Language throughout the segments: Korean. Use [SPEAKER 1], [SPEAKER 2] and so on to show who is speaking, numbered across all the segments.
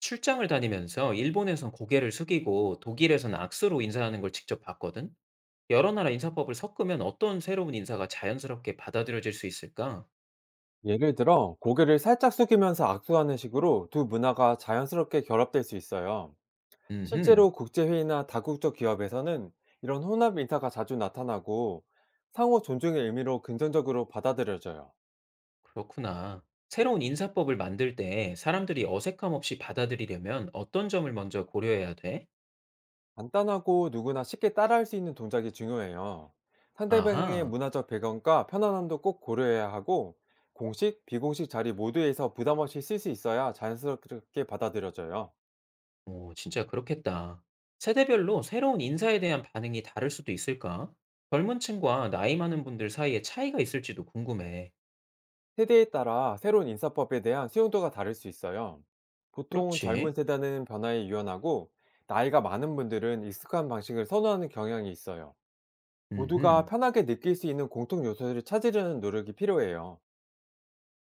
[SPEAKER 1] 출장을 다니면서 일본에선 고개를 숙이고 독일에선 악수로 인사하는 걸 직접 봤거든? 여러 나라 인사법을 섞으면 어떤 새로운 인사가 자연스럽게 받아들여질 수 있을까?
[SPEAKER 2] 예를 들어 고개를 살짝 숙이면서 악수하는 식으로 두 문화가 자연스럽게 결합될 수 있어요.
[SPEAKER 1] 음흠,
[SPEAKER 2] 실제로 국제회의나 다국적 기업에서는 이런 혼합 인사가 자주 나타나고 상호 존중의 의미로 긍정적으로 받아들여져요.
[SPEAKER 1] 그렇구나. 새로운 인사법을 만들 때 사람들이 어색함 없이 받아들이려면 어떤 점을 먼저 고려해야 돼?
[SPEAKER 2] 간단하고 누구나 쉽게 따라할 수 있는 동작이 중요해요. 상대방의
[SPEAKER 1] 아하,
[SPEAKER 2] 문화적 배경과 편안함도 꼭 고려해야 하고 공식, 비공식 자리 모두에서 부담 없이 쓸 수 있어야 자연스럽게 받아들여져요.
[SPEAKER 1] 오, 진짜 그렇겠다. 세대별로 새로운 인사에 대한 반응이 다를 수도 있을까? 젊은 층과 나이 많은 분들 사이에 차이가 있을지도 궁금해.
[SPEAKER 2] 세대에 따라 새로운 인사법에 대한 수용도가 다를 수 있어요. 보통 젊은
[SPEAKER 1] 그렇지.
[SPEAKER 2] 세대는 변화에 유연하고 나이가 많은 분들은 익숙한 방식을 선호하는 경향이 있어요. 모두가
[SPEAKER 1] 음흠.
[SPEAKER 2] 편하게 느낄 수 있는 공통 요소를 찾으려는 노력이 필요해요.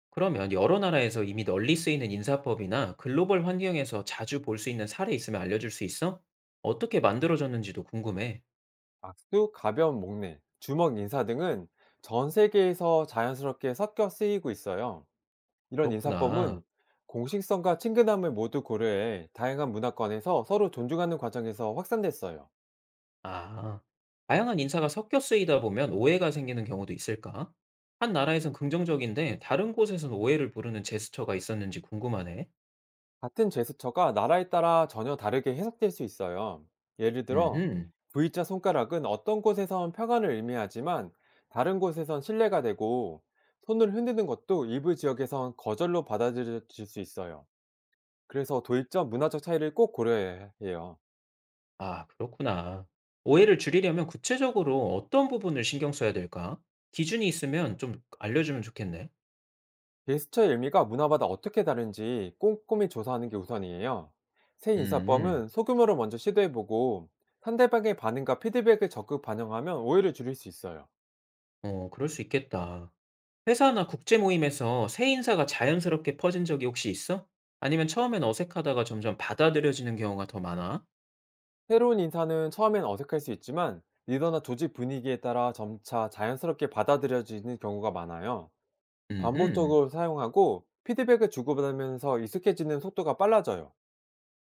[SPEAKER 1] 그러면 여러 나라에서 이미 널리 쓰이는 인사법이나 글로벌 환경에서 자주 볼 수 있는 사례 있으면 알려줄 수 있어? 어떻게 만들어졌는지도 궁금해.
[SPEAKER 2] 악수, 가벼운 목례, 주먹 인사 등은 전 세계에서 자연스럽게 섞여 쓰이고 있어요. 이런 인사법은
[SPEAKER 1] 그렇구나.
[SPEAKER 2] 공식성과 친근함을 모두 고려해 다양한 문화권에서 서로 존중하는 과정에서 확산됐어요.
[SPEAKER 1] 아, 다양한 인사가 섞여 쓰이다 보면 오해가 생기는 경우도 있을까? 한 나라에선 긍정적인데 다른 곳에선 오해를 부르는 제스처가 있었는지 궁금하네.
[SPEAKER 2] 같은 제스처가 나라에 따라 전혀 다르게 해석될 수 있어요. 예를 들어,
[SPEAKER 1] 음흠.
[SPEAKER 2] V자 손가락은 어떤 곳에선 평안을 의미하지만 다른 곳에선 신뢰가 되고 손을 흔드는 것도 일부 지역에선 거절로 받아들여질 수 있어요. 그래서 도입적 문화적 차이를 꼭 고려해야 해요.
[SPEAKER 1] 아, 그렇구나. 오해를 줄이려면 구체적으로 어떤 부분을 신경 써야 될까? 기준이 있으면 좀 알려주면 좋겠네.
[SPEAKER 2] 제스처의 의미가 문화마다 어떻게 다른지 꼼꼼히 조사하는 게 우선이에요. 새
[SPEAKER 1] 음,
[SPEAKER 2] 인사법은 소규모로 먼저 시도해보고 상대방의 반응과 피드백을 적극 반영하면 오해를 줄일 수 있어요.
[SPEAKER 1] 어, 그럴 수 있겠다. 회사나 국제 모임에서 새 인사가 자연스럽게 퍼진 적이 혹시 있어? 아니면 처음엔 어색하다가 점점 받아들여지는 경우가 더 많아?
[SPEAKER 2] 새로운 인사는 처음엔 어색할 수 있지만 리더나 조직 분위기에 따라 점차 자연스럽게 받아들여지는 경우가 많아요.
[SPEAKER 1] 음흠,
[SPEAKER 2] 반복적으로 사용하고 피드백을 주고받으면서 익숙해지는 속도가 빨라져요.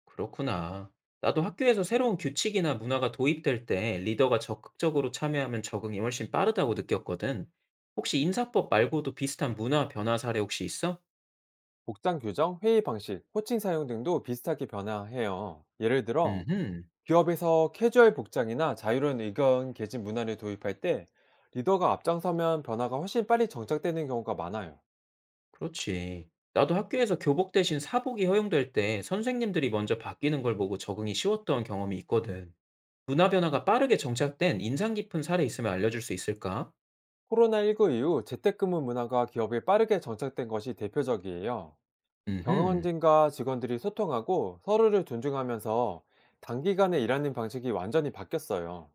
[SPEAKER 1] 그렇구나. 나도 학교에서 새로운 규칙이나 문화가 도입될 때 리더가 적극적으로 참여하면 적응이 훨씬 빠르다고 느꼈거든. 혹시 인사법 말고도 비슷한 문화 변화 사례 혹시 있어?
[SPEAKER 2] 복장 규정, 회의 방식, 호칭 사용 등도 비슷하게 변화해요. 예를 들어,
[SPEAKER 1] 음흠,
[SPEAKER 2] 기업에서 캐주얼 복장이나 자유로운 의견 개진 문화를 도입할 때 리더가 앞장서면 변화가 훨씬 빨리 정착되는 경우가 많아요.
[SPEAKER 1] 그렇지. 나도 학교에서 교복 대신 사복이 허용될 때 선생님들이 먼저 바뀌는 걸 보고 적응이 쉬웠던 경험이 있거든. 문화 변화가 빠르게 정착된 인상 깊은 사례 있으면 알려줄 수 있을까?
[SPEAKER 2] 코로나19 이후 재택근무 문화가 기업에 빠르게 정착된 것이 대표적이에요.
[SPEAKER 1] 음흠,
[SPEAKER 2] 경영진과 직원들이 소통하고 서로를 존중하면서 단기간에 일하는 방식이 완전히 바뀌었어요.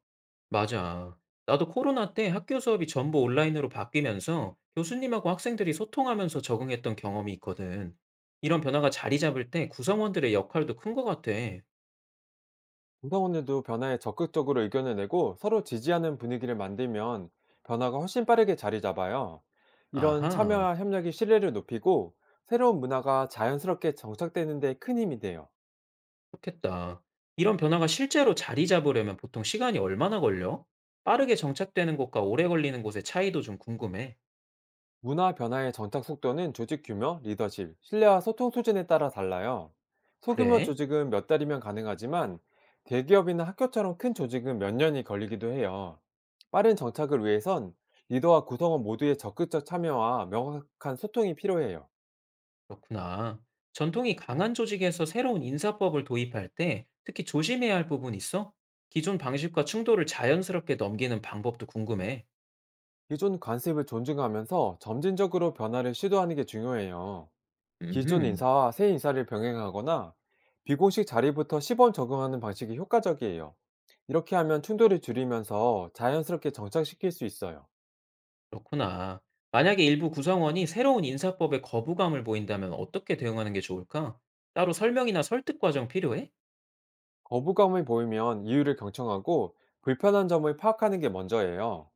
[SPEAKER 1] 맞아. 나도 코로나 때 학교 수업이 전부 온라인으로 바뀌면서 교수님하고 학생들이 소통하면서 적응했던 경험이 있거든. 이런 변화가 자리 잡을 때 구성원들의 역할도 큰 것 같아.
[SPEAKER 2] 구성원들도 변화에 적극적으로 의견을 내고 서로 지지하는 분위기를 만들면 변화가 훨씬 빠르게 자리 잡아요. 이런
[SPEAKER 1] 아하,
[SPEAKER 2] 참여와 협력이 신뢰를 높이고 새로운 문화가 자연스럽게 정착되는 데 큰 힘이 돼요.
[SPEAKER 1] 좋겠다. 이런 변화가 실제로 자리 잡으려면 보통 시간이 얼마나 걸려? 빠르게 정착되는 곳과 오래 걸리는 곳의 차이도 좀 궁금해.
[SPEAKER 2] 문화 변화의 정착 속도는 조직 규모, 리더십, 신뢰와 소통 수준에 따라 달라요. 소규모
[SPEAKER 1] 그래?
[SPEAKER 2] 조직은 몇 달이면 가능하지만 대기업이나 학교처럼 큰 조직은 몇 년이 걸리기도 해요. 빠른 정착을 위해선 리더와 구성원 모두의 적극적 참여와 명확한 소통이 필요해요.
[SPEAKER 1] 그렇구나. 전통이 강한 조직에서 새로운 인사법을 도입할 때 특히 조심해야 할 부분이 있어? 기존 방식과 충돌을 자연스럽게 넘기는 방법도 궁금해.
[SPEAKER 2] 기존 관습을 존중하면서 점진적으로 변화를 시도하는 게 중요해요. 기존
[SPEAKER 1] 음,
[SPEAKER 2] 인사와 새 인사를 병행하거나 비공식 자리부터 시범 적용하는 방식이 효과적이에요. 이렇게 하면 충돌을 줄이면서 자연스럽게 정착시킬 수 있어요.
[SPEAKER 1] 그렇구나. 만약에 일부 구성원이 새로운 인사법에 거부감을 보인다면 어떻게 대응하는 게 좋을까? 따로 설명이나 설득 과정 필요해?
[SPEAKER 2] 거부감을 보이면 이유를 경청하고 불편한 점을 파악하는 게 먼저예요.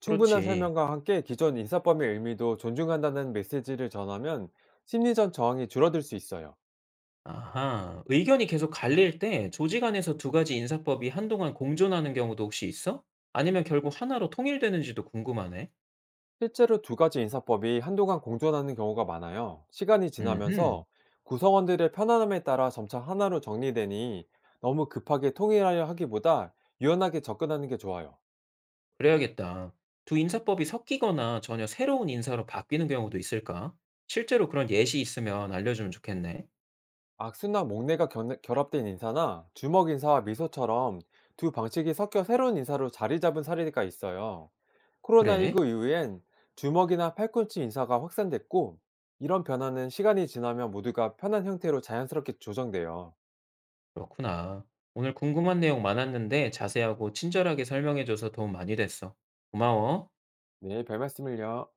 [SPEAKER 2] 충분한
[SPEAKER 1] 그렇지.
[SPEAKER 2] 설명과 함께 기존 인사법의 의미도 존중한다는 메시지를 전하면 심리적 저항이 줄어들 수 있어요.
[SPEAKER 1] 아하, 의견이 계속 갈릴 때 조직 안에서 두 가지 인사법이 한동안 공존하는 경우도 혹시 있어? 아니면 결국 하나로 통일되는지도 궁금하네.
[SPEAKER 2] 실제로 두 가지 인사법이 한동안 공존하는 경우가 많아요. 시간이
[SPEAKER 1] 음흠.
[SPEAKER 2] 지나면서 구성원들의 편안함에 따라 점차 하나로 정리되니 너무 급하게 통일하려 하기보다 유연하게 접근하는 게 좋아요.
[SPEAKER 1] 그래야겠다. 두 인사법이 섞이거나 전혀 새로운 인사로 바뀌는 경우도 있을까? 실제로 그런 예시 있으면 알려주면 좋겠네.
[SPEAKER 2] 악수나 목례가 결합된 인사나 주먹 인사와 미소처럼 두 방식이 섞여 새로운 인사로 자리 잡은 사례가 있어요.
[SPEAKER 1] 그래?
[SPEAKER 2] 코로나19 이후엔 주먹이나 팔꿈치 인사가 확산됐고 이런 변화는 시간이 지나면 모두가 편한 형태로 자연스럽게 조정돼요.
[SPEAKER 1] 그렇구나. 오늘 궁금한 내용 많았는데 자세하고 친절하게 설명해줘서 도움 많이 됐어. 고마워.
[SPEAKER 2] 네, 별 말씀을요.